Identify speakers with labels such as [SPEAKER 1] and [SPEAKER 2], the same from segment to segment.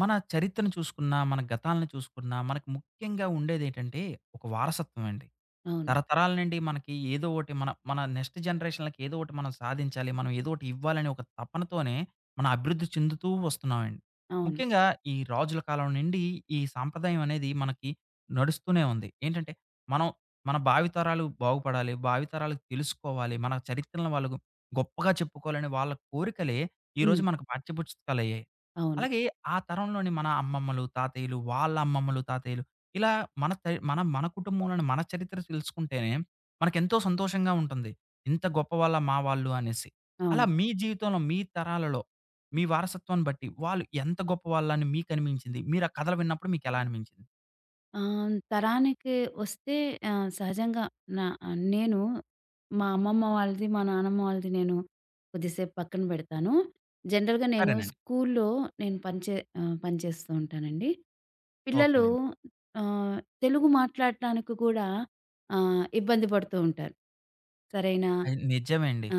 [SPEAKER 1] మన చరిత్రను చూసుకున్నా, మన గతాలను చూసుకున్నా, మనకు ముఖ్యంగా ఉండేదేంటంటే ఒక వారసత్వం అండి.
[SPEAKER 2] అవును.
[SPEAKER 1] తరతరాల నుండి మనకి ఏదో ఒకటి మన మన నెక్స్ట్ జనరేషన్‌లకి ఏదో ఒకటి మనం సాధించాలి. మనం ఏదో ఒకటి ఇవ్వాలనే ఒక తపనతోనే మనం అభివృద్ధి చెందుతూ వస్తున్నామండి.
[SPEAKER 2] అవును.
[SPEAKER 1] ముఖ్యంగా ఈ రాజుల కాలం నుండి ఈ సాంప్రదాయం అనేది మనకి నడుస్తూనే ఉంది. ఏంటంటే మనం మన భావితరాలు బాగుపడాలి, భావితరాలకు తెలుసుకోవాలి, మన చరిత్రలను వాళ్ళు గొప్పగా చెప్పుకోవాలని వాళ్ళ కోరికలే ఈరోజు
[SPEAKER 2] హ్మ్.
[SPEAKER 1] మనకు పాఠ్యపుస్తకాలయ్యాయి.
[SPEAKER 2] అవును.
[SPEAKER 1] అలాగే ఆ తరంలోని మన అమ్మమ్మలు, తాతయ్యలు, వాళ్ళ అమ్మమ్మలు, తాతయ్యలు ఇలా మన కుటుంబంలోని మన చరిత్ర తెలుసుకుంటేనే మనకెంతో సంతోషంగా ఉంటుంది. ఇంత గొప్పవాళ్ళ మా వాళ్ళు అనేసి. అలా
[SPEAKER 2] అవును.
[SPEAKER 1] మీ జీవితంలో, మీ తరాలలో మీ వారసత్వాన్ని బట్టి వాళ్ళు ఎంత గొప్పవాళ్ళని మీకనిపించింది? మీరు ఆ కథలు విన్నప్పుడు మీకెలా అనిపించింది?
[SPEAKER 2] ఆహ్, తరానికి వస్తే, సహజంగా నా నేను మా అమ్మమ్మ వాళ్ళది, మా నానమ్మ వాళ్ళది నేను కొద్దిసేపు పక్కన పెడతాను. జనరల్‌గా నేను
[SPEAKER 1] సరేనండి.
[SPEAKER 2] స్కూల్లో నేను పనిచే పనిచేస్తూ ఉంటానండి. పిల్లలు
[SPEAKER 1] ఓకేనండి.
[SPEAKER 2] ఆహ్, తెలుగు మాట్లాడటానికి కూడా ఇబ్బంది పడుతూ ఉంటారు. సరైన
[SPEAKER 1] అది నిజమే అండి.
[SPEAKER 2] ఆ!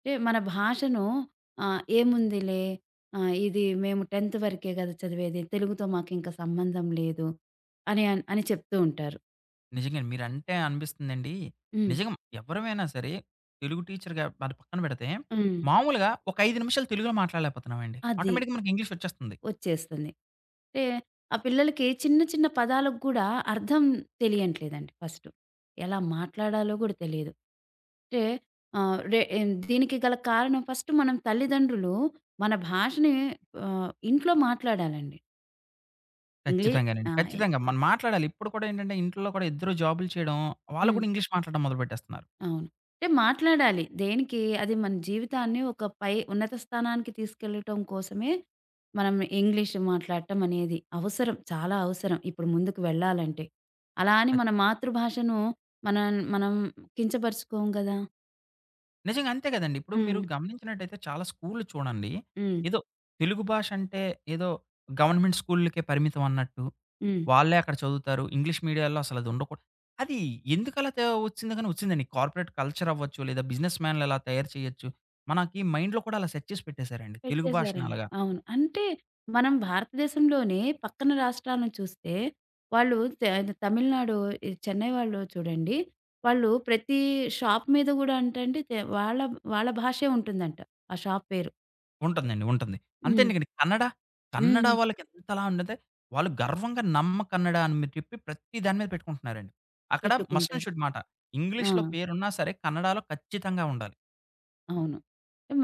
[SPEAKER 2] అంటే మన భాషను, ఏముందిలే, ఇది మేము 10థ్ వరకే గదా చదివేది. తెలుగుతో మాకింక సంబంధం లేదు అని అని చెప్తూ ఉంటారు.
[SPEAKER 1] నిజంగానే మీరంటే అనిపిస్తుందండి.
[SPEAKER 2] హ్మ్.
[SPEAKER 1] నిజంగా ఎవరమైనా సరే తెలుగు టీచర్‌గా అది పక్కన పెడితే,
[SPEAKER 2] హ్మ్.
[SPEAKER 1] మామూలుగా ఒక 5 నిమిషాలు తెలుగులో మాట్లాడలేకపోతున్నామండి.
[SPEAKER 2] అది
[SPEAKER 1] ఆటోమేటిక్‌గా మనకి ఇంగ్లీష్ వచ్చేస్తుంది.
[SPEAKER 2] వచ్చేస్తుంది. అంటే ఆ పిల్లలకి చిన్న చిన్న పదాలకు గూడా అర్థం తెలియట్లేదండి ఫస్టు. ఎలా మాట్లాడాలో గూడా తెలీదు. అంటే ఆహ్, రె ఎన్ దీనికి గల కారణం, ఫస్ట్ మనం తల్లిదండ్రులు మన భాషని ఇంట్లో మాట్లాడాలండి. ఇంగ్లీ
[SPEAKER 1] ఖచ్చితంగానండి.
[SPEAKER 2] ఆ! ఎ
[SPEAKER 1] ఖచ్చితంగా. మనం మాట్లాడాలి. ఇప్పుడు కూడా ఏంటంటే ఇంట్లో కూడా ఇద్దరు జాబులు చేయడం, వాళ్ళు
[SPEAKER 2] హ్మ్.
[SPEAKER 1] కూడా ఇంగ్లీష్ మాట్లాడడం మొదలుపెట్టేస్తున్నారు.
[SPEAKER 2] అవును. అంటే మాట్లాడాలి. దేనికి అది మన జీవితాన్ని ఒక పై ఉన్నత స్థానానికి తీసుకెళ్ళటం కోసమే. మనం ఇంగ్లీష్ మాట్లాడటం అనేది అవసరం. చాలా అవసరం ఇప్పుడు ముందుకు వెళ్ళాలంటే. అలా అని మన మాతృభాషను మనం మనం కించపరుచుకోము గదా!
[SPEAKER 1] నిజంగా అంతే కదండీ. ఇప్పుడు మీరు
[SPEAKER 2] హ్మ్.
[SPEAKER 1] గమనించినట్టయితే చాలా స్కూల్‌లు చూడండి.
[SPEAKER 2] హ్మ్.
[SPEAKER 1] ఏదో తెలుగు భాష అంటే ఏదో గవర్నమెంట్ స్కూల్‌లకే పరిమితం అన్నట్టు,
[SPEAKER 2] హ్మ్.
[SPEAKER 1] వాళ్ళే అక్కడ చదువుతారు. ఇంగ్లీష్ మీడియాల్లో అసలది ఉండకూడదు. అది ఎందుకలా వచ్చిందో గాని వచ్చిందండి. కార్పొరేట్ కల్చర్ అవ్వచ్చు, లేదా బిజినెస్ మ్యాన్‌లు ఎలా తయారు చేయొచ్చు. మనకి మైండ్‌లో కూడా అలా సెట్ చేసి పెట్టేసారండి. తెలుగు భాషని
[SPEAKER 2] పెట్టేసారని.
[SPEAKER 1] అలాగా.
[SPEAKER 2] అవును. అంటే మనం భారతదేశంలోనే పక్కన రాష్ట్రాలను చూస్తే వాళ్ళు త తమిళనాడు, ఈ చెన్నై వాళ్ళు చూడండి. వాళ్ళు ప్రతి షాప్ మీద గూడా ఏంటంటే వాళ్ళ వాళ్ళ భాషే ఉంటుందంట. ఆ షాప్ పేరు.
[SPEAKER 1] ఉంటుందండి. ఉంటుంది.
[SPEAKER 2] హ్మ్.
[SPEAKER 1] అంతేందుకండి. కన్నడ, కన్నడ
[SPEAKER 2] హ్మ్.
[SPEAKER 1] వాళ్ళకెంతలా ఉన్నదే వాళ్ళు గర్వంగా నమ్మ కన్నడ అని మీరు చెప్పి ప్రతి దాని మీద పెట్టుకుంటున్నారండి. అక్కడ మస్ట్ అండ్
[SPEAKER 2] పెట్టుకుంటారు.
[SPEAKER 1] షుడ్ మాట.
[SPEAKER 2] ఆ!
[SPEAKER 1] ఇంగ్లీష్‌లో పేరున్నా సరే కన్నడలో ఖచ్చితంగా ఉండాలి.
[SPEAKER 2] అవును.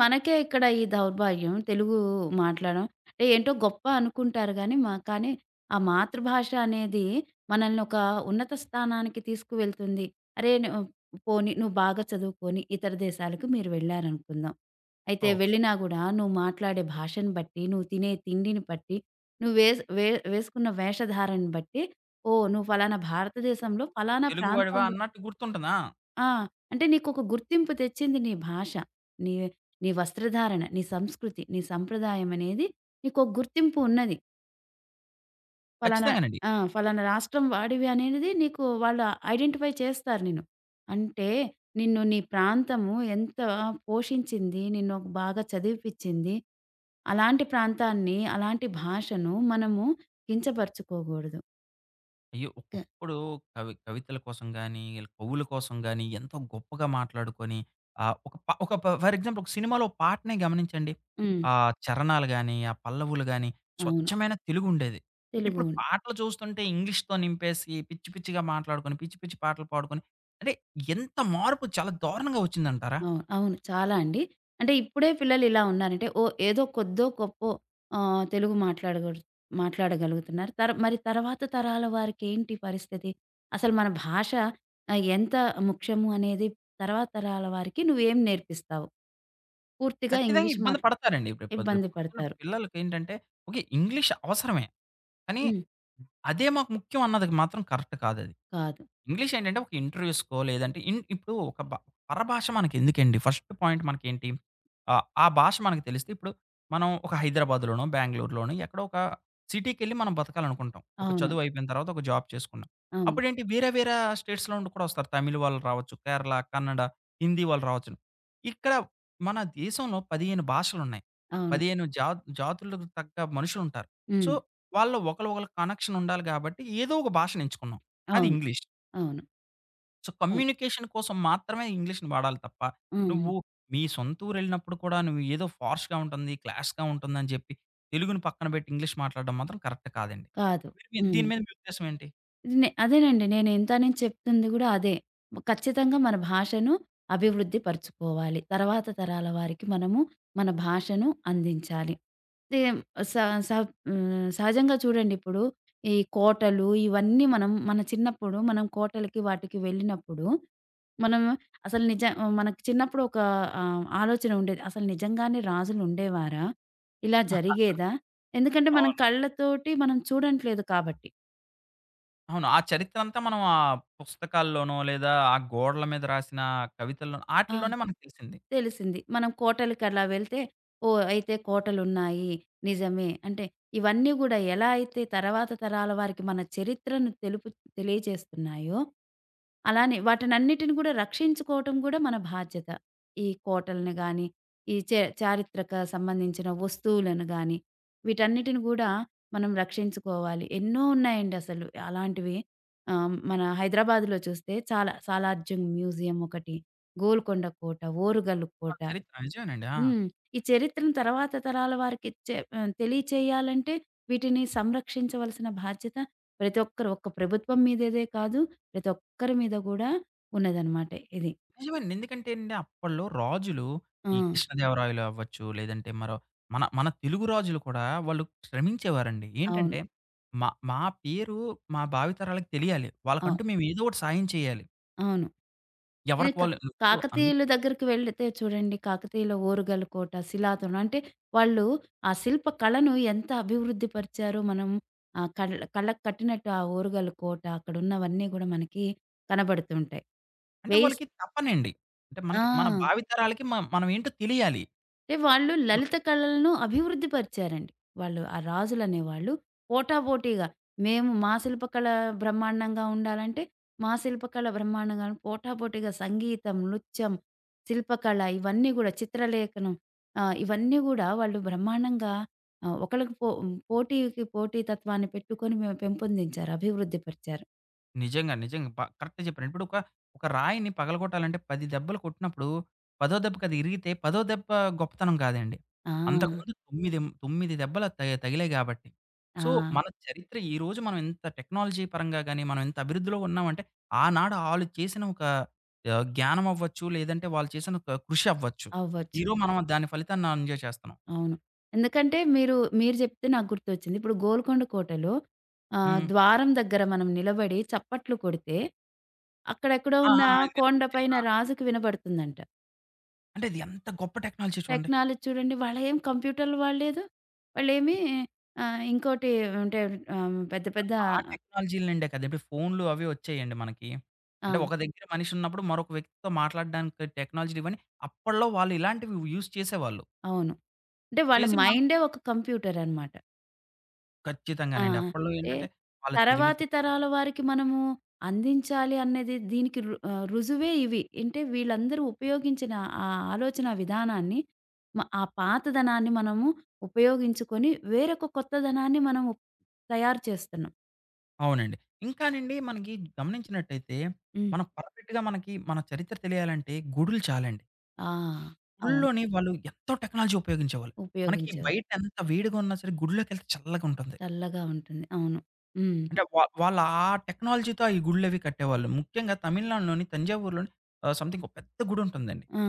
[SPEAKER 2] మనకే ఇక్కడ ఈ దౌర్భాగ్యం. తెలుగు మాట్లాడడం అంటే ఏంటో గొప్ప అనుకుంటారు గానీ, కానీ ఆ మాతృభాష అనేది మనల్ని ఒక ఉన్నత స్థానానికి తీసుకువెళ్తుంది. అరే! ను పోనీ నువ్వు బాగా చదువుకొని ఇతర దేశాలకు మీరు వెళ్లారనుకుందాం. అయితే
[SPEAKER 1] ఓహ్!
[SPEAKER 2] వెళ్ళినా గూడా నువ్వు మాట్లాడే భాషను బట్టి, నువ్వు తినే తిండిని బట్టి, నువ్వు వేస్ వే వేసుకున్న వేషధారను బట్టి, ఓహ్! నువ్వు ఫలానా భారతదేశంలో ఫలానా
[SPEAKER 1] తెలుగు వాడివా
[SPEAKER 2] ప్రాంతం.
[SPEAKER 1] అన్నట్టు గుర్తుంటుంది. ఆ!
[SPEAKER 2] ఆ! అంటే నీకొక గుర్తింపు తెచ్చింది నీ భాష. నీ నీ వస్త్రధారణ, నీ సంస్కృతి, నీ సంప్రదాయం అనేది నీకొక గుర్తింపు ఉన్నది. ఫలానా,
[SPEAKER 1] ఖచ్చితంగానండి.
[SPEAKER 2] ఫలానా రాష్ట్రం వాడివి అనేది నీకు వాళ్ళు ఐడెంటిఫై చేస్తారు నిన్ను. అంటే నిన్ను నీ ప్రాంతము ఎంత పోషించింది, నిన్ను బాగా చదివిపిచ్చింది. అలాంటి ప్రాంతాన్ని, అలాంటి భాషను మనము కించపరచుకోకూడదు.
[SPEAKER 1] అయ్యో!
[SPEAKER 2] క
[SPEAKER 1] ఒకప్పుడు కవి కవితల కోసం గాని, ఈళ్ళ కవుల కోసం గాని ఎంతో గొప్పగా మాట్లాడుకొని ఒక ప ఒక ప ఫర్ ఎగ్జాంపుల్ ఒక సినిమాలో పాటనే గమనించండి.
[SPEAKER 2] హ్మ్.
[SPEAKER 1] ఆ చరణాలు గాని, ఆ పల్లవులు గాని
[SPEAKER 2] అవును.
[SPEAKER 1] స్వచ్ఛమైన తెలుగుండేది. ఇప్పుడు
[SPEAKER 2] తెలుగు.
[SPEAKER 1] పాటలు చూస్తుంటే ఇంగ్లీష్‌తో నింపేసి పిచ్చి పిచ్చిగా మాట్లాడుకొని, పిచ్చి పిచ్చి పాటలు పాడుకొని అంటే ఎంత మార్పు చాలా దారుణంగా వచ్చిందంటారా?
[SPEAKER 2] అవును. అవును. చాలా అండి. అంటే ఇప్పుడే పిల్లలు ఇలా ఉన్నారంటే ఓ ఏదో కొద్దో గొప్పో ఆహ్, తెలుగు మాట్లాడగడు మాట్లాడగలుగుతున్నారు. తర్వాత తరాల వారికేంటి పరిస్థితి? అసలు మన భాష ఎంత ముఖ్యము అనేది తర్వాత తరాల వారికి నువ్వేం నేర్పిస్తావు? పూర్తిగా
[SPEAKER 1] ఖచ్చితంగా
[SPEAKER 2] ఇంగ్లీష్
[SPEAKER 1] ఇబ్బంది
[SPEAKER 2] మాట్లా
[SPEAKER 1] పడతారండి. రేపు రేపు
[SPEAKER 2] ఇబ్బంది
[SPEAKER 1] పొద్దున్న
[SPEAKER 2] పడతారు.
[SPEAKER 1] పిల్లలకేంటంటే ఓకే. ఇంగ్లీష్ అవసరమే. కానీ
[SPEAKER 2] హ్మ్.
[SPEAKER 1] అదే మాకు ముఖ్యం అన్నది మాత్రం కరెక్ట్ కాదది.
[SPEAKER 2] కాదు.
[SPEAKER 1] ఇంగ్లీష్ ఏంటంటే ఒక ఇంటర్వ్యూస్‌కో లేదంటే ఇప్పుడు ఒక బ పరభాష మనకెందుకండి? ఫస్ట్ పాయింట్ మనకేంటి? ఆ భాష మనకు తెలిస్తే ఇప్పుడు మనం ఒక హైదరాబాద్‌లోనో, బెంగుళూరులోనో ఎక్కడో ఒక సిటీకెళ్ళి మనం బతకాలనుకుంటాం. ఒక
[SPEAKER 2] అవును.
[SPEAKER 1] చదువు అయిపోయిన తర్వాత ఒక జాబ్ చేసుకుంటాం.
[SPEAKER 2] అవును.
[SPEAKER 1] అప్పుడేంటి వేరే వేరే స్టేట్స్‌లో నుండి కూడా వస్తారు. తమిళ్ వాళ్ళు రావచ్చు, కేరళ, కన్నడ, హిందీ వాళ్ళు రావచ్చును. ఇక్కడ మన దేశంలో 15 భాషలున్నాయి.
[SPEAKER 2] అవును.
[SPEAKER 1] 15 జాతులకు తగ్గ మనుషులుంటారు. సో,
[SPEAKER 2] హ్మ్.
[SPEAKER 1] వాళ్ళలో ఒకళ్ళకి కనెక్షన్ ఉండాలి కాబట్టి ఏదో ఒక భాషను ఎంచుకున్నాం. అది
[SPEAKER 2] అవును.
[SPEAKER 1] ఇంగ్లీష్.
[SPEAKER 2] అవును.
[SPEAKER 1] సో,
[SPEAKER 2] అవును.
[SPEAKER 1] కమ్యూనికేషన్ కోసం మాత్రమే ఇంగ్లీష్‌ని వాడాలి తప్ప,
[SPEAKER 2] హ్మ్.
[SPEAKER 1] నువ్వు మీ సొంత ఊరెళ్ళినప్పుడు కూడా నువ్వు ఏదో ఫార్ష్‌గా ఉంటుంది, క్లాస్‌గా ఉంటుందని చెప్పి తెలుగుని పక్కన పెట్టి ఇంగ్లీష్ మాట్లాడడం మాత్రం కరెక్ట్ కాదండి.
[SPEAKER 2] కాదు.
[SPEAKER 1] మీరు మీ
[SPEAKER 2] హ్మ్.
[SPEAKER 1] దీని మీద మీ ఉద్దేశం ఏంటి?
[SPEAKER 2] ఇది నే అదేనండి. నేను ఇంతని చెప్తుంది గూడా అదే. ఖచ్చితంగా మన భాషను అభివృద్ధి పరుచుకోవాలి. తర్వాత తరాల వారికి మనము మన భాషను అందించాలి. సేమ్ స స హ్మ్. సహజంగా చూడండి ఇప్పుడు ఈ కోటలు ఇవన్నీ మనం మన చిన్నప్పుడు మనం కోటలకి వాటికి వెళ్ళినప్పుడు, మనం అసలు నిజ మనకు చిన్నప్పుడు ఒక ఆలోచన ఉండేది. అసలు నిజంగానే రాజులు ఉండేవారా? ఇలా జరిగేదా? ఎందుకంటే మనం
[SPEAKER 1] అవును.
[SPEAKER 2] కళ్ళతోటి మనం చూడట్లేదు కాబట్టి.
[SPEAKER 1] అవును. ఆ చరిత్ర అంతా మనం ఆ పుస్తకాల్లోనో లేదా ఆ గోడల మీద రాసిన కవితల్లోనో
[SPEAKER 2] ఆ!
[SPEAKER 1] ఆటిల్లోనే మనకు తెలిసింది.
[SPEAKER 2] తెలిసింది. మనం కోటలకలా వెళ్తే, ఓహ్! అయితే కోటలున్నాయి. నిజమే. అంటే ఇవన్నీ గూడా ఎలా అయితే తర్వాత తరాల వారికి మన చరిత్రను తెలియజేస్తున్నాయో, అలానే వాటినన్నిటిని గూడా రక్షించుకోవటం గూడా మన బాధ్యత. ఈ కోటలను గానీ, ఈ చే చారిత్రక సంబంధించిన వస్తువులను గానీ, వీటన్నిటిని గూడా మనం రక్షించుకోవాలి. ఎన్నో ఉన్నాయండి అసలు అలాంటివి. మన హైదరాబాద్‌లో చూస్తే చాలా, సాలార్జంగ్ మ్యూజియం ఒకటి, గోల్కొండ కోట, ఓరుగల్లు
[SPEAKER 1] ఆ!
[SPEAKER 2] కోట.
[SPEAKER 1] చరిత్ర నిజమేనండి. ఆ!
[SPEAKER 2] హ్మ్. ఈ చరిత్రను తర్వాత తరాల వారికి తెలియచేయాలంటే వీటిని సంరక్షించవలసిన బాధ్యత ప్రతి ఒక్కరు ఒక్క ప్రభుత్వం మీదేదే కాదు. ప్రతి ఒక్కరి మీద గూడా ఉన్నదనమాట ఇది.
[SPEAKER 1] నిజమేనండి. ఎందుకంటే అండి అప్పట్లో రాజులు
[SPEAKER 2] ఆ!
[SPEAKER 1] ఈ హ్మ్. కృష్ణదేవరాయలు అవ్వచ్చు, లేదంటే మరో మన మన తెలుగు రాజులు కూడా వాళ్ళు శ్రమించేవారండి.
[SPEAKER 2] అవును.
[SPEAKER 1] ఏంటంటే మా మా పేరు మా భావితరాలకు తెలియాలి.
[SPEAKER 2] అవు
[SPEAKER 1] వాళ్ళకంటూ మేము ఏదో ఒకటి సాయం చేయాలి.
[SPEAKER 2] అవును. ఏ
[SPEAKER 1] ఎవరికి
[SPEAKER 2] కా
[SPEAKER 1] వాళ్ళు ఇప్పుడు అన్-
[SPEAKER 2] కాకతీయుల దగ్గరికి వెళితే చూడండి. కాకతీయుల ఓరుగల కోట, శిలాతోరణం. అంటే వాళ్ళు ఆ శిల్ప కళను ఎంత అభివృద్ధి పరిచారో మనం, ఆహ్, కళ్ళ కళ్ళకు కట్టినట్టు ఆ ఓరుగల కోట అక్కడున్నవన్నీ గూడా మనకి కనబడుతుంటాయి.
[SPEAKER 1] అంటే
[SPEAKER 2] వేయిస్
[SPEAKER 1] వాళ్ళకి తపనండి. అంటే
[SPEAKER 2] ఆ!
[SPEAKER 1] మనకి మన భావితరాలకి మనం ఏంటో తెలియాలి.
[SPEAKER 2] అంటే వాళ్ళు లలిత కళలను అభివృద్ధి పరిచారండి. వాళ్ళు ఆ రాజులనేవాళ్ళు పోటాపోటీగా మేము మా శిల్పకళ బ్రహ్మాండంగా ఉండాలంటే, మా శిల్పకళ బ్రహ్మాండంగా పోటాపోటీగా సంగీతం, నృత్యం, శిల్పకళ ఇవన్నీ గూడా, చిత్రలేఖనం, ఇవన్నీ గూడా వాళ్ళు బ్రహ్మాండంగా ఆహ్, ఒకళ్ళకి పో పోటీకి పోటీ తత్వాన్ని పెట్టుకొని మేము పెంపొందించారు. అభివృద్ధి పరిచారు.
[SPEAKER 1] నిజంగా. నిజంగా. కరెక్ట్‌గా చెప్పారు. ఇప్పుడు ఒక, ఒక రాయిని పగలగొట్టాలంటే 10 దెబ్బలు కొట్టినప్పుడు, పదో దెబ్బకి అది ఇరిగితే, పదో దెబ్బ గొప్పతనం కాదండి.
[SPEAKER 2] ఆ!
[SPEAKER 1] అంతకుముందు 9 దెబ్బలు తగిలాయి కాబట్టి.
[SPEAKER 2] ఆ!
[SPEAKER 1] సో, మన చరిత్ర ఈరోజు మనం ఇంత టెక్నాలజీ పరంగా గాని, మనం ఇంత అభివృద్ధిలో ఉన్నామంటే, ఆనాడు ఆళ్ళు చేసిన ఒక జ్ఞానం అవ్వచ్చు, లేదంటే వాళ్ళు చేసిన ఒక కృషి అవ్వచ్చు.
[SPEAKER 2] అవ్వచ్చు.
[SPEAKER 1] ఈరోజు మనం దాని ఫలితాన్ని ఎంజాయ్ చేస్తున్నాం.
[SPEAKER 2] అవును. ఎందుకంటే మీరు, మీరు జెప్తే నాకు గుర్తొచ్చింది. ఇప్పుడు గోల్కొండ కోటలో,
[SPEAKER 1] హ్మ్.
[SPEAKER 2] ద్వారం దగ్గర మనం నిలబడి చప్పట్లు కొడితే, అక్కడెక్కడో
[SPEAKER 1] ఆ!
[SPEAKER 2] ఉన్న
[SPEAKER 1] ఆ! ఆ!
[SPEAKER 2] కొండ
[SPEAKER 1] ఇదేనండి.
[SPEAKER 2] పైన
[SPEAKER 1] ఆ!
[SPEAKER 2] రాజుకి వినబడుతుందంట.
[SPEAKER 1] అంటే అది ఎంత గొప్ప టెక్నాలజీ చూడండి.
[SPEAKER 2] టెక్నాలజీ చూడండి, వాళ్ళేం కంప్యూటర్లు వాడలేదు. వాళ్ళేమి, ఆహ్, ఇంకోటి అంటే ఆహ్, పెద్ద పెద్ద
[SPEAKER 1] ఆ టెక్నాలజీల నుండే కదండీ! ఇప్పుడు ఫోన్‌లు అవి వచ్చాయండి మనకి.
[SPEAKER 2] ఆ!
[SPEAKER 1] అంటే ఒక దగ్గర మనిషి ఉన్నప్పుడు మరొక వ్యక్తితో మాట్లాడడానికి టెక్నాలజీలు ఇవన్నీ అప్పట్లో వాళ్ళు ఇలాంటివి యూజ్ చేసేవాళ్ళు.
[SPEAKER 2] అవును. అంటే వాళ్ళ
[SPEAKER 1] చేసి మనకి
[SPEAKER 2] మైండే ఒక కంప్యూటర్ అనమాట. ఆ!
[SPEAKER 1] ఖచ్చితంగానండి. అప్పట్లో
[SPEAKER 2] అంటే
[SPEAKER 1] ఏంటంటే వాళ్ళ
[SPEAKER 2] తర్వాతి తరాల వారికి మనము అందించాలి అన్నది దీనికి రుజువే ఇవి. అంటే వీళ్ళందరూ ఉపయోగించిన ఆ ఆలోచన విధానాన్ని, ఆ పాతదనాన్ని మనము ఉపయోగించుకొని వేరొక కొత్తదనాన్ని మనము తయారు చేస్తున్నాం.
[SPEAKER 1] అవునండి. ఇంకానండి మనకి గమనించినట్టయితే
[SPEAKER 2] హ్మ్.
[SPEAKER 1] మనం పర్ఫెక్ట్‌గా మనకి మన చరిత్ర తెలియాలంటే గుడులు చాలండి.
[SPEAKER 2] ఆ! అవును.
[SPEAKER 1] గుడిలోని వాళ్ళు ఎంతో టెక్నాలజీ ఉపయోగించేవాళ్ళు. మనకి
[SPEAKER 2] ఉపయోగించేవారు.
[SPEAKER 1] బయట ఎంత వేడిగా ఉన్నా సరే గుడిలోకెళ్తే చల్లగా ఉంటుంది.
[SPEAKER 2] చల్లగా ఉంటుంది. అవును. హ్మ్.
[SPEAKER 1] అంటే వాళ్ళు ఆ టెక్నాలజీ‌తో ఈ గుడులవి కట్టేవాళ్ళు. ముఖ్యంగా తమిళనాడులోని తంజావూరులోని సంథింగ్ ఒక పెద్ద గుడుంటుందండి.
[SPEAKER 2] ఆ!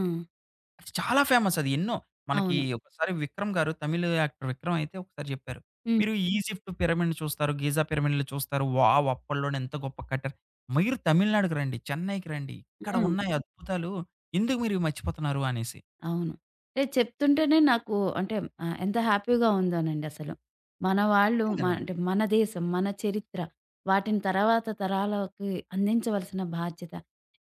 [SPEAKER 1] అది చాలా ఫేమస్ అది ఎన్నో. మనకి
[SPEAKER 2] అవును.
[SPEAKER 1] ఒకసారి విక్రమ్ గారు తమిళ్ యాక్టర్ విక్రమ్ అయితే ఒకసారి చెప్పారు.
[SPEAKER 2] హ్మ్.
[SPEAKER 1] మీరు ఈజిప్ట్ పిరమిడ్ చూస్తారు, గిజా పిరమిడ్‌లు చూస్తారు. వావ్! అప్పట్లోనే ఎంత గొప్ప కట్టారు. మీరు తమిళనాడుకి రండి, చెన్నైకి రండి. ఇక్కడ
[SPEAKER 2] ఆ!
[SPEAKER 1] ఉన్నాయి అద్భుతాలు. ఎందుకు మీరు ఇవి మర్చిపోతున్నారు అనేసి.
[SPEAKER 2] అవును. అంటే చెప్తుంటేనే నాకు అంటే ఎంత హ్యాపీగా ఉందోనండి అసలు. మన వాళ్ళు
[SPEAKER 1] అంతే
[SPEAKER 2] మ
[SPEAKER 1] కదండీ!
[SPEAKER 2] అంటే మన దేశం, మన చరిత్ర, వాటిని తర్వాత తరాలకి అందించవలసిన బాధ్యత.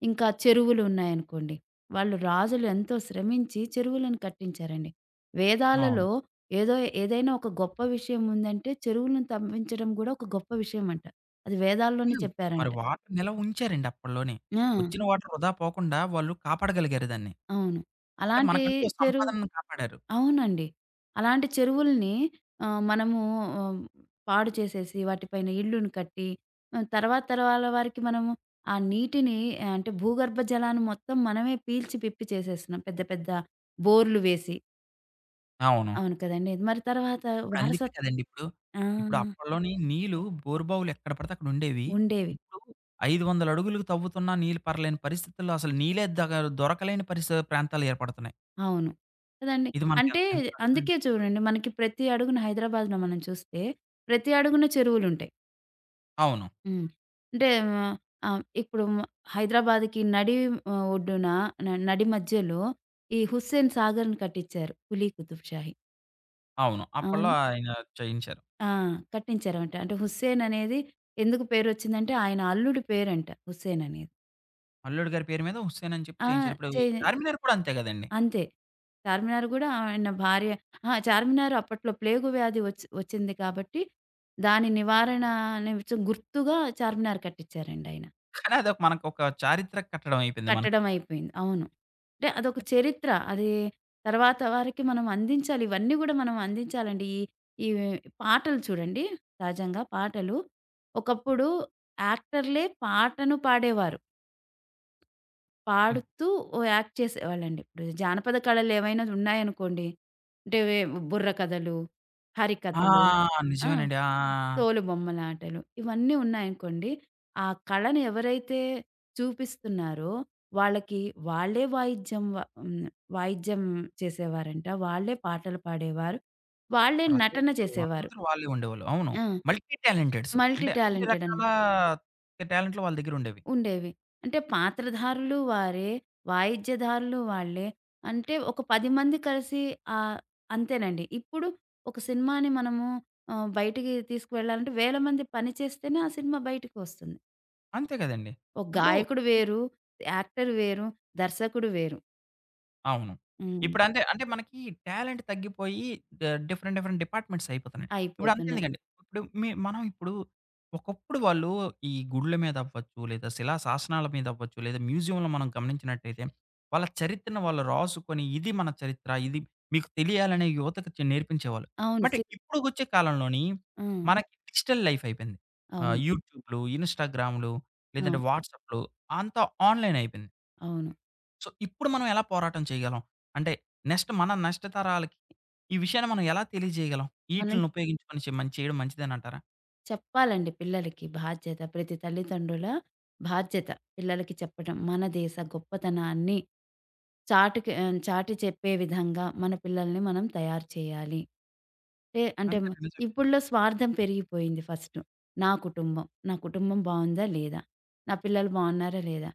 [SPEAKER 2] ఇంకా చెరువులు ఉన్నాయనుకోండి. వాళ్ళు రాజులు ఎంతో శ్రమించి చెరువులను కట్టించారండి.
[SPEAKER 1] అవును.
[SPEAKER 2] వేదాలలో ఏదో, ఏదైనా ఒక గొప్ప విషయం ఉందంటే చెరువులను తవ్వించడం గూడా ఒక గొప్ప విషయం అంట. అది వేదాల్లోనే
[SPEAKER 1] హ్మ్. మరి
[SPEAKER 2] చెప్పారంట.
[SPEAKER 1] వాటర్ నిలవ ఉంచారండి అప్పట్లోనే.
[SPEAKER 2] ఆ!
[SPEAKER 1] వచ్చిన వాటర్ వృధా పోకుండా వాళ్ళు కాపాడగలిగారు దాన్ని.
[SPEAKER 2] అవును.
[SPEAKER 1] అంటే
[SPEAKER 2] అలాంటి
[SPEAKER 1] మనకంటూ ఓ
[SPEAKER 2] చెరు
[SPEAKER 1] సంపాదనను కాపాడారు.
[SPEAKER 2] అవునండి. అలాంటి చెరువుల్ని, మనము ఆహ్, పాడు చేసేసి వాటిపైన ఇళ్ళును కట్టి, తర్వాత తరాల వారికి మనము ఆ నీటిని, ఆ, అంటే భూగర్భ జలాన్ని మొత్తం మనమే పీల్చి పిప్పి చేసేస్తున్నాం, పెద్ద పెద్ద బోర్లు వేసి.
[SPEAKER 1] అవును.
[SPEAKER 2] అవును కదండీ! మరి తర్వాత
[SPEAKER 1] ఇప్పుడు అందుకే
[SPEAKER 2] వారసత్
[SPEAKER 1] కదండీ! ఇప్పుడు,
[SPEAKER 2] ఆ!
[SPEAKER 1] ఇప్పుడు అప్పట్లోని నీళ్ళు బోరు బావులు ఎక్కడ పడితే అక్కడ ఉండేవి.
[SPEAKER 2] ఉండేవి.
[SPEAKER 1] ఇప్పుడు 500 అడుగులకు తవ్వుతున్నా నీళ్ళు పర్లేని పరిస్థితుల్లో అసలు నీళ్ళే దగ దొరకలేని ప్రాంతాలు ఏర్పడుతున్నాయి.
[SPEAKER 2] అవును. కదండీ!
[SPEAKER 1] ఇది మనకి
[SPEAKER 2] అంటే
[SPEAKER 1] ఎంత కష్టమండి.
[SPEAKER 2] అందుకే చూడండి మనకి ప్రతి అడుగున హైదరాబాద్‌లో మనం చూస్తే ప్రతి అడుగున చెరువులుంటాయి.
[SPEAKER 1] అవును.
[SPEAKER 2] హ్మ్. అంటే ఆహ్, ఆహ్, ఇప్పుడు హైదరాబాద్‌కి నడి ఆహ్, ఒడ్డున న నడి మధ్యలో ఈ 'హుస్సేన్ సాగర్‌ని' కట్టించారు, కులీ కుతుబ్ షాహీ.
[SPEAKER 1] అవును. అప్పట్లో
[SPEAKER 2] అవును.
[SPEAKER 1] ఆయన చేయించారు.
[SPEAKER 2] ఆ! కట్టించారంట. అంటే హుస్సేన్ అనేది ఎందుకు పేరొచ్చిందంటే ఆయన అల్లుడి పేరంట హుస్సేన్ అనేది.
[SPEAKER 1] అల్లుడు గారి పేరు మీద హుస్సేన్ అని చెప్పి
[SPEAKER 2] ఆ!
[SPEAKER 1] చేయించారు. ఇప్పుడు
[SPEAKER 2] చే
[SPEAKER 1] చార్మినార్ కూడా అంతే కదండీ!
[SPEAKER 2] అంతే. చార్మినార్ గూడా ఆయన భార్య. అహా! చార్మినార్ అప్పట్లో ప్లేగు వ్యాధి వచ్చింది కాబట్టి దాని నివారణ నిమిత్తం గుర్తుగా చార్మినార్ కట్టించారండి ఆయన.
[SPEAKER 1] కానీ అదొక మనకొక చారిత్రక కట్టడం అయిపోయింది మనకి.
[SPEAKER 2] కట్టడం అయిపోయింది. అవును. అంటే అదొక చరిత్ర. అది తర్వాత వారికి మనం అందించాలి. ఇవన్నీ గూడా మనం అందించాలండి. ఈ ఈ పాటలు చూడండి, సహజంగా పాటలు. ఒకప్పుడు యాక్టర్‌లే పాటను పాడేవారు. పాడుతూ ఓ యాక్ట్ చేసేవాళ్ళండి. ఇప్పుడు జానపద కళలు ఏవైనా ఉన్నాయనుకోండి. అంటే బుర్ర కథలు,
[SPEAKER 1] ఆ!
[SPEAKER 2] హరికథలు. ఆ!
[SPEAKER 1] నిజమేనండి. ఆ!
[SPEAKER 2] తోలుబొమ్మలాటలు. ఇవన్నీ ఉన్నాయనుకోండి, ఆ కళను ఎవరైతే చూపిస్తున్నారో వాళ్ళకి, వాళ్ళే వాయిద్యం వ హ్మ్. వాయిద్యం చేసేవారంట. వాళ్ళే పాటలు పాడేవారు. వాళ్ళే నటన
[SPEAKER 1] రచయితలు
[SPEAKER 2] చేసేవారు.
[SPEAKER 1] అందరూ వాళ్ళే ఉండేవాళ్ళు. అవును.
[SPEAKER 2] ఆ!
[SPEAKER 1] మల్టీ టాలెంటెడ్స్.
[SPEAKER 2] మల్టీ
[SPEAKER 1] అంటే అన్ని
[SPEAKER 2] టాలెంటెడ్ అని
[SPEAKER 1] రకాల టాలెంట్లు వాళ్ళ దగ్గరుండేవి.
[SPEAKER 2] ఉండేవి. అంటే పాత్రధారులు వారే, వాయిద్యధారులు వాళ్ళే. అంటే ఒక 10 మంది కలిసి, ఆహ్, అంతేనండి. ఇప్పుడు ఒక సినిమాని మనము బయటికి తీసుకువెళ్ళాలంటే వేల మంది పని చేస్తేనే ఆ సినిమా బయటికొస్తుంది.
[SPEAKER 1] అంతే కదండీ!
[SPEAKER 2] ఒక
[SPEAKER 1] ఇప్పుడు
[SPEAKER 2] గాయకుడు వేరు, యాక్టర్ వేరు, దర్శకుడు వేరు.
[SPEAKER 1] అవును.
[SPEAKER 2] హ్మ్.
[SPEAKER 1] ఇప్పుడంతే అంటే మనకి టాలెంట్ తగ్గిపోయి డ డిఫరెంట్, డిఫరెంట్ డిపార్ట్‌మెంట్స్ అయిపోతున్నాయి.
[SPEAKER 2] అయిపోతున్నాయి.
[SPEAKER 1] ఇప్పుడంతెందుకండి. ఇప్పుడు మనం ఇప్పుడు ఒకప్పుడు వాళ్ళు ఈ గుడుల మీద అవ్వచ్చు, లేదా శిలా శాసనాల మీద అవ్వచ్చు, లేదా మ్యూజియంలో మనం గమనించినట్టయితే వాళ్ళ చరిత్రను వాళ్ళు రాసుకొని ఇది మన చరిత్ర, ఇది మీకు తెలియాలనే యువతకు నేర్పించేవాళ్ళు.
[SPEAKER 2] అవును.
[SPEAKER 1] బట్
[SPEAKER 2] సి
[SPEAKER 1] ఇప్పుడుకొచ్చే కాలంలోని
[SPEAKER 2] హ్మ్.
[SPEAKER 1] మనకి డిజిటల్ లైఫ్ అయిపోయింది.
[SPEAKER 2] అవును.
[SPEAKER 1] యూట్యూబ్‌లు, ఇన్‌స్టాగ్రామ్‌లు లేదంటే
[SPEAKER 2] అవును.
[SPEAKER 1] వాట్సాప్‌లు అంతా ఆన్‌లైన్ అయిపోయింది.
[SPEAKER 2] అవును.
[SPEAKER 1] సో, ఇప్పుడు మనం ఎలా పోరాటం చేయగలం? అంటే మన నెక్స్ట్ తరాలకి ఈ విషయాన్ని మనం ఎలా తెలియజేయగలం?
[SPEAKER 2] మనం
[SPEAKER 1] ఈట్లిని ఉపయోగించుకొని మంచి చేయడం మంచిదేనంటారా?
[SPEAKER 2] చెప్పాలండి పిల్లలకి బాధ్యత. ప్రతి తల్లిదండ్రుల బాధ్యత పిల్లలకి చెప్పడం. మన దేశ గొప్పతనాన్ని చాటి చెప్పే విధంగా మన పిల్లల్ని మనం తయారు చేయాలి. అంటే అంటే మ
[SPEAKER 1] అంతేనండి. నిజం
[SPEAKER 2] ఇప్పుడులో స్వార్థం పెరిగిపోయింది ఫస్ట్. నా కుటుంబం, నా కుటుంబం బావుందా? లేదా? నా పిల్లలు బావున్నారా? లేదా?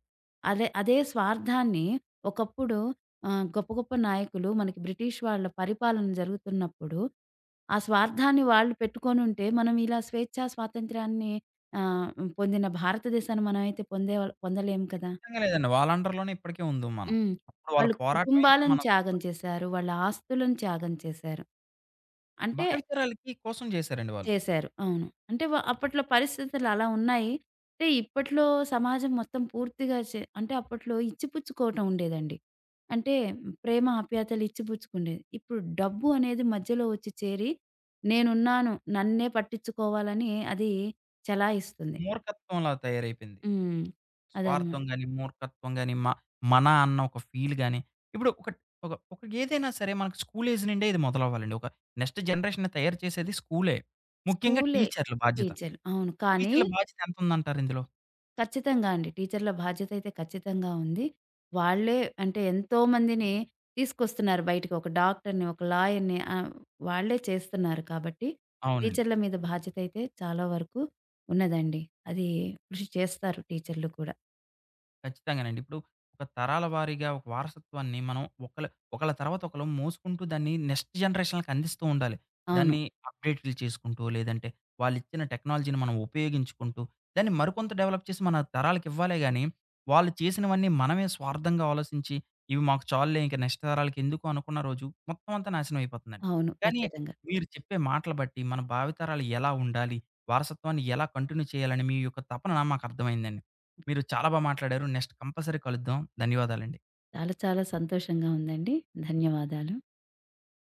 [SPEAKER 2] అదే అదే స్వార్థాన్ని ఒకప్పుడు గొప్ప గొప్ప నాయకులు, మనకి బ్రిటిష్ వాళ్ళ పరిపాలన జరుగుతున్నప్పుడు, ఆ స్వార్థాన్ని వాళ్ళు పెట్టుకొనుంటే మనం ఇలా స్వేచ్ఛా స్వాతంత్రాన్ని ఆహ్, పొందిన భారతదేశాన్ని మనమైతే పొందలేము కదా!
[SPEAKER 1] నిజంగా లేదండి. వాళ్ళ అండర్‌లోనే ఇప్పటికే ఉందుం మనం.
[SPEAKER 2] హ్మ్.
[SPEAKER 1] అప్పుడు వాళ్ళ
[SPEAKER 2] వాళ్ళు
[SPEAKER 1] పోరాటమే ఇప్పుడు
[SPEAKER 2] కుటుంబాలను
[SPEAKER 1] మన
[SPEAKER 2] త్యాగం చేశారు. వాళ్ళ ఆస్తులను త్యాగం చేశారు. అంటే
[SPEAKER 1] భావితరాలకి కోసం చేశారండి వాళ్ళు.
[SPEAKER 2] చేశారు. అవును. అంటే అప్పట్లో పరిస్థితులలా ఉన్నాయి. అంటే ఇప్పట్లో సమాజం మొత్తం పూర్తిగా అంటే అప్పట్లో ఇచ్చిపుచ్చుకోవటం ఉండేదండి. అంటే ప్రేమ ఆప్యాయతలు ఇచ్చిపుచ్చుకుండేది. ఇప్పుడు డబ్బు అనేది మధ్యలో వచ్చి చేరి, నేనున్నాను, నన్నే పట్టించుకోవాలని అది చలాయిస్తుంది.
[SPEAKER 1] మూర్ఖత్వంలా తయారైపోయింది.
[SPEAKER 2] హ్మ్. అదనమాట.
[SPEAKER 1] స్వార్థం గాని, మూర్ఖత్వం గాని, మన అన్న ఒక ఫీల్ గాని, ఇప్పుడు ఒక ఒక ఒక ఏదైనా సరే మనకు స్కూల్ ఏజ్ నుండే ఇది మొదలవ్వాలండి. ఒక నెక్స్ట్ జనరేషన్‌ని తయారు చేసేది స్కూలే. ముఖ్యంగా
[SPEAKER 2] స్కూలే,
[SPEAKER 1] టీచర్‌ల బాధ్యత.
[SPEAKER 2] టీచర్లు. అవును. కానీ
[SPEAKER 1] టీచర్‌ల బాధ్యత ఎంతుందంటారు ఇందులో?
[SPEAKER 2] ఖచ్చితంగా అండి. టీచర్‌ల బాధ్యతయితే ఖచ్చితంగా ఉంది. వాళ్ళే అంటే ఎంతోమందిని తీసుకొస్తున్నారు బయటికి. ఒక డాక్టర్‌ని, ఒక లాయర్‌ని, వాళ్ళే చేస్తున్నారు కాబట్టి
[SPEAKER 1] అవునండి.
[SPEAKER 2] టీచర్‌ల మీద బాధ్యతయితే చాలా వరకు ఉన్నదండి. అది కృషి చేస్తారు టీచర్‌లు కూడా.
[SPEAKER 1] ఖచ్చితంగానండి. ఇప్పుడు ఒక తరాల వారీగా ఒక వారసత్వాన్ని మనం ఒకళ్ళ ఒకళ్ళ తర్వాత ఒకళ్ళం మోసుకుంటూ దాన్ని నెక్స్ట్ జనరేషన్‌లకి అందిస్తూ ఉండాలి.
[SPEAKER 2] అవును.
[SPEAKER 1] దాన్ని అప్‌డేట్‌లు చేసుకుంటూ, లేదంటే వాళ్ళిచ్చిన టెక్నాలజీని మనం ఉపయోగించుకుంటూ, దాన్ని మరికొంత డెవలప్ చేసి మన తరాలకివ్వాలే గానీ, వాళ్ళు చేసినవన్నీ మనమే స్వార్థంగా ఆలోచించి, ఇవి మాకు చాలులే ఇంక నెక్స్ట్ తరాలకెందుకు అనుకున్న రోజు మొత్తం అంతా నాశనం అయిపోతుందండి.
[SPEAKER 2] అవును.
[SPEAKER 1] కానీ
[SPEAKER 2] ఖచ్చితంగా.
[SPEAKER 1] మీరు చెప్పే మాటలు బట్టి మన భావితరాలు ఎలా ఉండాలి? వారసత్వాన్ని ఎలా కంటిన్యూ చేయాలని మీ యొక్క తపన మాకర్థమైందండి. మీరు చాలా బా మాట్లాడారు. నెక్స్ట్ కంపల్సరీ కలుద్దాం. ధన్యవాదాలండి.
[SPEAKER 2] చాలా చాలా సంతోషంగా ఉందండి. ధన్యవాదాలు.